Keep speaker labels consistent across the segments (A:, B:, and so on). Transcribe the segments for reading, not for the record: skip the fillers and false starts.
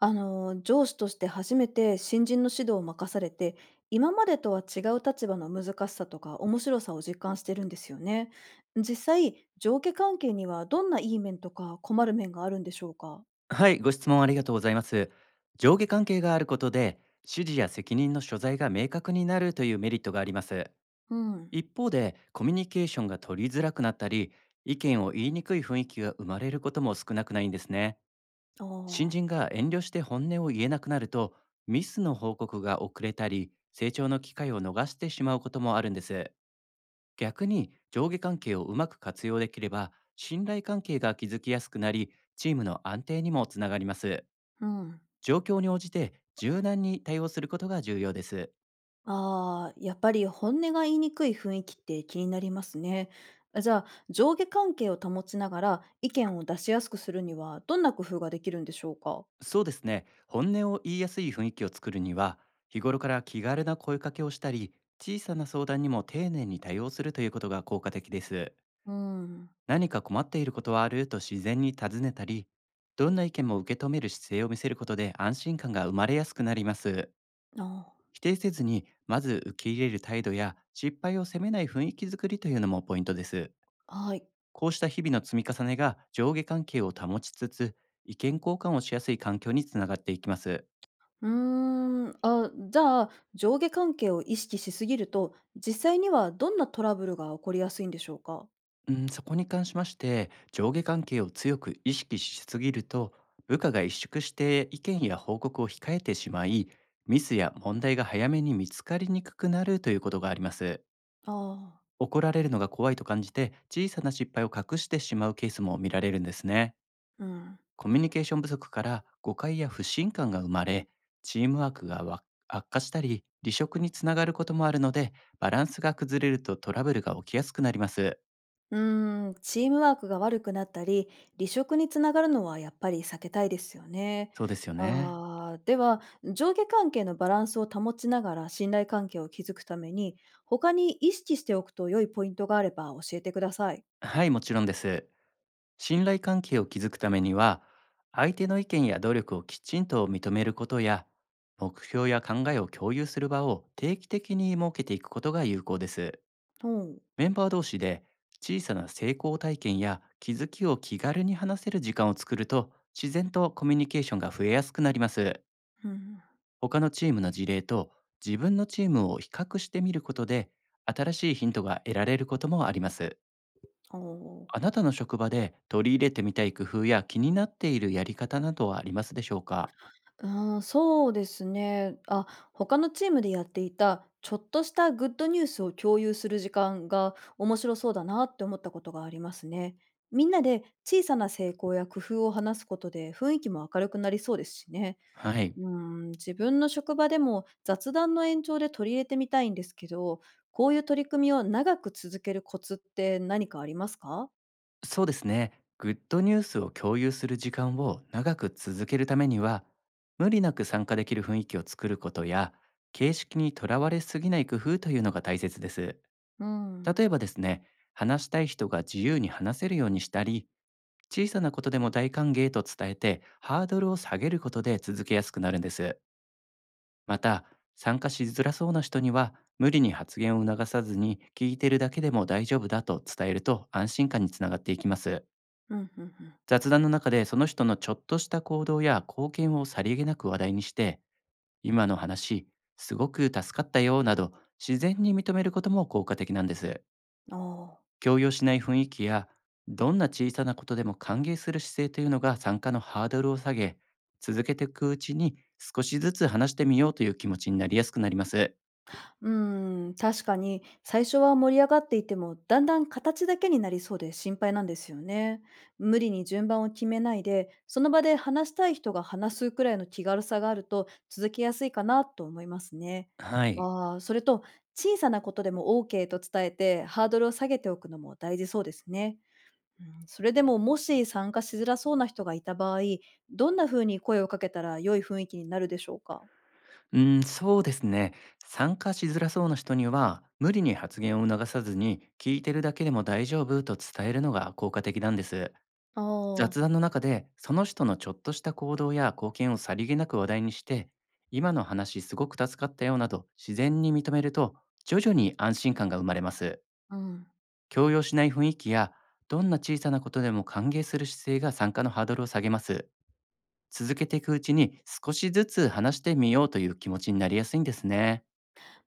A: 上司として初めて新人の指導を任されて、今までとは違う立場の難しさとか面白さを実感してるんですよね。実際、上下関係にはどんないい面とか困る面があるんでしょうか。
B: はい、ご質問ありがとうございます。上下関係があることで、指示や責任の所在が明確になるというメリットがあります。
A: うん。
B: 一方で、コミュニケーションが取りづらくなったり、意見を言いにくい雰囲気が生まれることも少なくないんですね。
A: あ
B: 新人
A: あ、
B: が遠慮して本音を言えなくなると、ミスの報告が遅れたり、成長の機会を逃してしまうこともあるんです。逆に、上下関係をうまく活用できれば、信頼関係が築きやすくなり、チームの安定にもつながります。
A: うん。
B: 状況に応じて柔軟に対応することが重要です。
A: ああ、やっぱり本音が言いにくい雰囲気って気になりますね。じゃあ、上下関係を保ちながら意見を出しやすくするにはどんな工夫ができるんでしょうか。
B: そうですね。本音を言いやすい雰囲気を作るには、日頃から気軽な声かけをしたり、小さな相談にも丁寧に対応するということが効果的です。
A: うん。
B: 何か困っていることはあると自然に尋ねたり、どんな意見も受け止める姿勢を見せることで安心感が生まれやすくなります。
A: あ
B: 否定せずに、まず受け入れる態度や失敗を責めない雰囲気づくりというのもポイントです。
A: あ、はい。
B: こうした日々の積み重ねが上下関係を保ちつつ、意見交換をしやすい環境につながっていきます。
A: じゃあ、上下関係を意識しすぎると、実際にはどんなトラブルが起こりやすいんでしょうか？
B: うん、そこに関しまして、上下関係を強く意識しすぎると、部下が萎縮して意見や報告を控えてしまい、ミスや問題が早めに見つかりにくくなるということがあります。
A: ああ、
B: 怒られるのが怖いと感じて、小さな失敗を隠してしまうケースも見られるんですね。
A: うん。
B: コミュニケーション不足から誤解や不信感が生まれ、チームワークが悪化したり、離職につながることもあるので、バランスが崩れるとトラブルが起きやすくなります。
A: うーん、チームワークが悪くなったり、離職につながるのはやっぱり避けたいですよね。
B: そうですよね。
A: ああ、では、上下関係のバランスを保ちながら信頼関係を築くために、他に意識しておくと良いポイントがあれば教えてください。
B: はい、もちろんです。信頼関係を築くためには、相手の意見や努力をきちんと認めることや、目標や考えを共有する場を定期的に設けていくことが有効です。
A: ほう。うん。
B: メンバー同士で小さな成功体験や気づきを気軽に話せる時間を作ると、自然とコミュニケーションが増えやすくなります。
A: ん。
B: 他のチームの事例と自分のチームを比較してみることで、新しいヒントが得られることもあります。
A: おお。
B: あなたの職場で取り入れてみたい工夫や気になっているやり方などはありますでしょうか？
A: ああ、そうですね。あ、他のチームでやっていた、ちょっとしたグッドニュースを共有する時間が面白そうだなって思ったことがありますね。みんなで小さな成功や工夫を話すことで雰囲気も明るくなりそうですしね。
B: はい。
A: うん、自分の職場でも雑談の延長で取り入れてみたいんですけど、こういう取り組みを長く続けるコツって何かありますか。
B: そうですね。グッドニュースを共有する時間を長く続けるためには、無理なく参加できる雰囲気を作ることや、形式にとらわれすぎない工夫というのが大切です。
A: うん。
B: 例えばですね、話したい人が自由に話せるようにしたり、小さなことでも大歓迎と伝えて、ハードルを下げることで続けやすくなるんです。また、参加しづらそうな人には、無理に発言を促さずに、聞いてるだけでも大丈夫だと伝えると安心感につながっていきます。
A: うん、うん、うん。
B: 雑談の中でその人のちょっとした行動や貢献をさりげなく話題にして、今の話、すごく助かったよなど、自然に認めることも効果的なんです。
A: ああ。
B: 強要しない雰囲気や、どんな小さなことでも歓迎する姿勢というのが参加のハードルを下げ、続けていくうちに少しずつ話してみようという気持ちになりやすくなります。
A: うーん、確かに最初は盛り上がっていてもだんだん形だけになりそうで心配なんですよね。無理に順番を決めないでその場で話したい人が話すくらいの気軽さがあると続けやすいかなと思いますね。
B: はい。
A: わあ、それと小さなことでも OK と伝えてハードルを下げておくのも大事そうですね。うん、それでももし参加しづらそうな人がいた場合、どんな風に声をかけたら良い雰囲気になるでしょうか。
B: うーん、そうですね。参加しづらそうな人には、無理に発言を促さずに、聞いてるだけでも大丈夫と伝えるのが効果的なんです。
A: ああー、
B: 雑談の中で、その人のちょっとした行動や貢献をさりげなく話題にして、今の話すごく助かったよなど、自然に認めると、徐々に安心感が生まれます。
A: うん。
B: 強要しない雰囲気や、どんな小さなことでも歓迎する姿勢が参加のハードルを下げます。続けていくうちに、少しずつ話してみようという気持ちになりやすいんですね。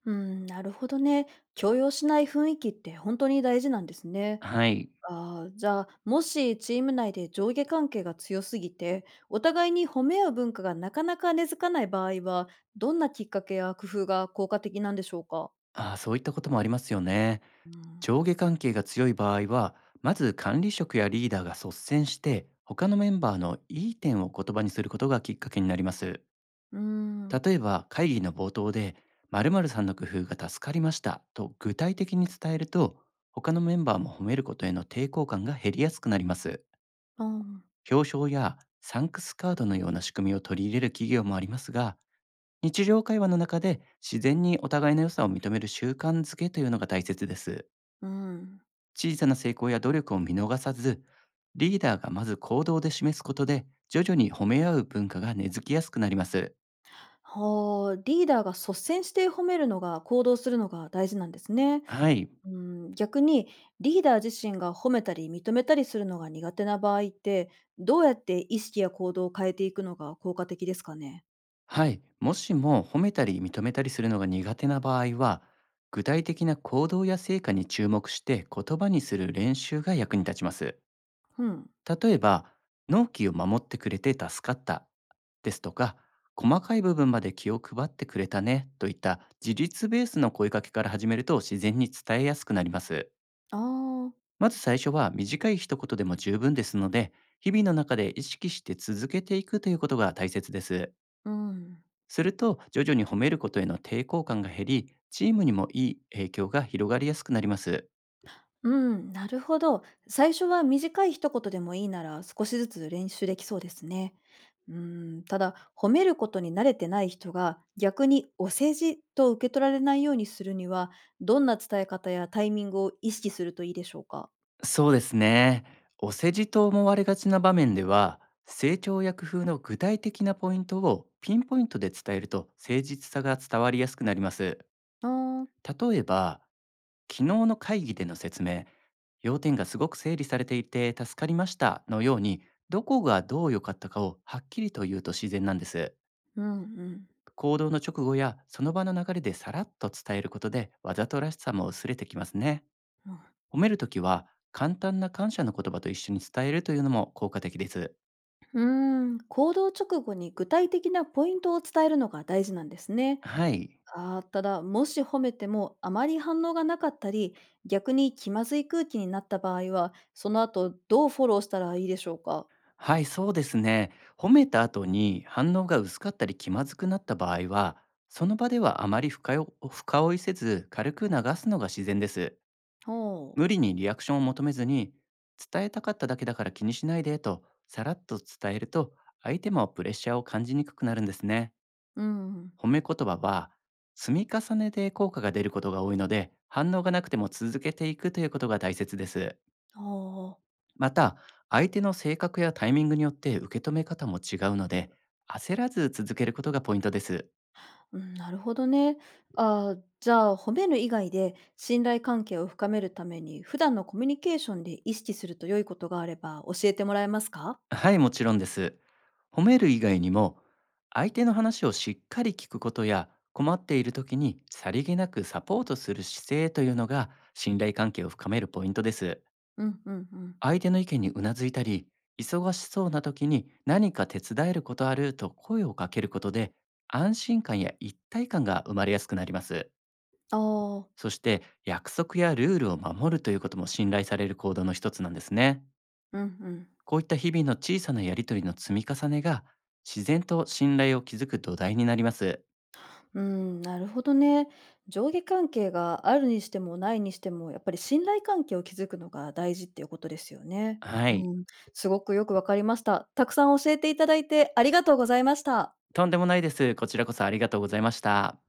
A: うん、なるほどね。強要しない雰囲気って本当に大事なんですね。
B: はい。
A: ああ、じゃあ、もしチーム内で上下関係が強すぎて、お互いに褒め合う文化がなかなか根付かない場合は、どんなきっかけや工夫が効果的なんでしょうか。
B: ああ、そういったこともありますよね。
A: うん。
B: 上下関係が強い場合は、まず管理職やリーダーが率先して、他のメンバーのいい点を言葉にすることがきっかけになります。
A: うん。
B: 例えば、会議の冒頭で、〇〇さんの工夫が助かりましたと具体的に伝えると、他のメンバーも褒めることへの抵抗感が減りやすくなります。
A: あー、
B: 表彰やサンクスカードのような仕組みを取り入れる企業もありますが、日常会話の中で自然にお互いの良さを認める習慣づけというのが大切です。
A: うん。
B: 小さな成功や努力を見逃さず、リーダーがまず行動で示すことで、徐々に褒め合う文化が根付きやすくなります。
A: はあ、リーダーが率先して褒めるのが、行動するのが大事なんですね。
B: はい。
A: うん、逆にリーダー自身が褒めたり認めたりするのが苦手な場合って、どうやって意識や行動を変えていくのが効果的ですかね。
B: はい。もしも褒めたり認めたりするのが苦手な場合は、具体的な行動や成果に注目して言葉にする練習が役に立ちます。
A: うん。
B: 例えば、納期を守ってくれて助かったですとか、細かい部分まで気を配ってくれたねといった自立ベースの声かけから始めると、自然に伝えやすくなります。
A: ああ、
B: まず最初は短い一言でも十分ですので、日々の中で意識して続けていくということが大切です。
A: うん。
B: すると、徐々に褒めることへの抵抗感が減り、チームにもいい影響が広がりやすくなります。
A: うん、なるほど。最初は短い一言でもいいなら少しずつ練習できそうですね。うん、ただ褒めることに慣れてない人が逆にお世辞と受け取られないようにするには、どんな伝え方やタイミングを意識するといいでしょうか。
B: そうですね。お世辞と思われがちな場面では、成長や工夫の具体的なポイントをピンポイントで伝えると誠実さが伝わりやすくなります。
A: ああー、
B: 例えば、昨日の会議での説明、要点がすごく整理されていて助かりましたのように、どこがどう良かったかをはっきりと言うと自然なんです。
A: うんうん。
B: 行動の直後やその場の流れでさらっと伝えることで、わざとらしさも薄れてきますね。
A: うん。
B: 褒めるときは、簡単な感謝の言葉と一緒に伝えるというのも効果的です。
A: うーん、行動直後に具体的なポイントを伝えるのが大事なんですね。
B: はい。
A: あー、ただ、もし褒めてもあまり反応がなかったり、逆に気まずい空気になった場合は、その後どうフォローしたらいいでしょうか。
B: はい、そうですね。褒めた後に反応が薄かったり気まずくなった場合は、その場ではあまり深追いせず、軽く流すのが自然です。
A: ほう。
B: 無理にリアクションを求めずに、伝えたかっただけだから気にしないでと、さらっと伝えると、相手もプレッシャーを感じにくくなるんですね。
A: うん。
B: 褒め言葉は積み重ねで効果が出ることが多いので、反応がなくても続けていくということが大切です。
A: ああ。
B: また、相手の性格やタイミングによって受け止め方も違うので、焦らず続けることがポイントです。
A: うん、なるほどね。あーじゃあ、褒める以外で信頼関係を深めるために、普段のコミュニケーションで意識すると良いことがあれば教えてもらえますか。
B: はい、もちろんです。褒める以外にも、相手の話をしっかり聞くことや困っている時にさりげなくサポートする姿勢というのが信頼関係を深めるポイントです。
A: うんうんうん。
B: 相手の意見にうなずいたり、忙しそうな時に何か手伝えることあると声をかけることで、安心感や一体感が生まれやすくなります。
A: ああ。
B: そして、約束やルールを守るということも信頼される行動の一つなんですね。
A: うんうん。
B: こういった日々の小さなやりとりの積み重ねが、自然と信頼を築く土台になります。
A: うん、なるほどね。上下関係があるにしてもないにしても、やっぱり信頼関係を築くのが大事っていうことですよね。
B: は
A: う
B: い。
A: ん、すごくよくわかりました。たくさん教えていただいてありがとうございました。
B: とんでもないです。こちらこそありがとうございました。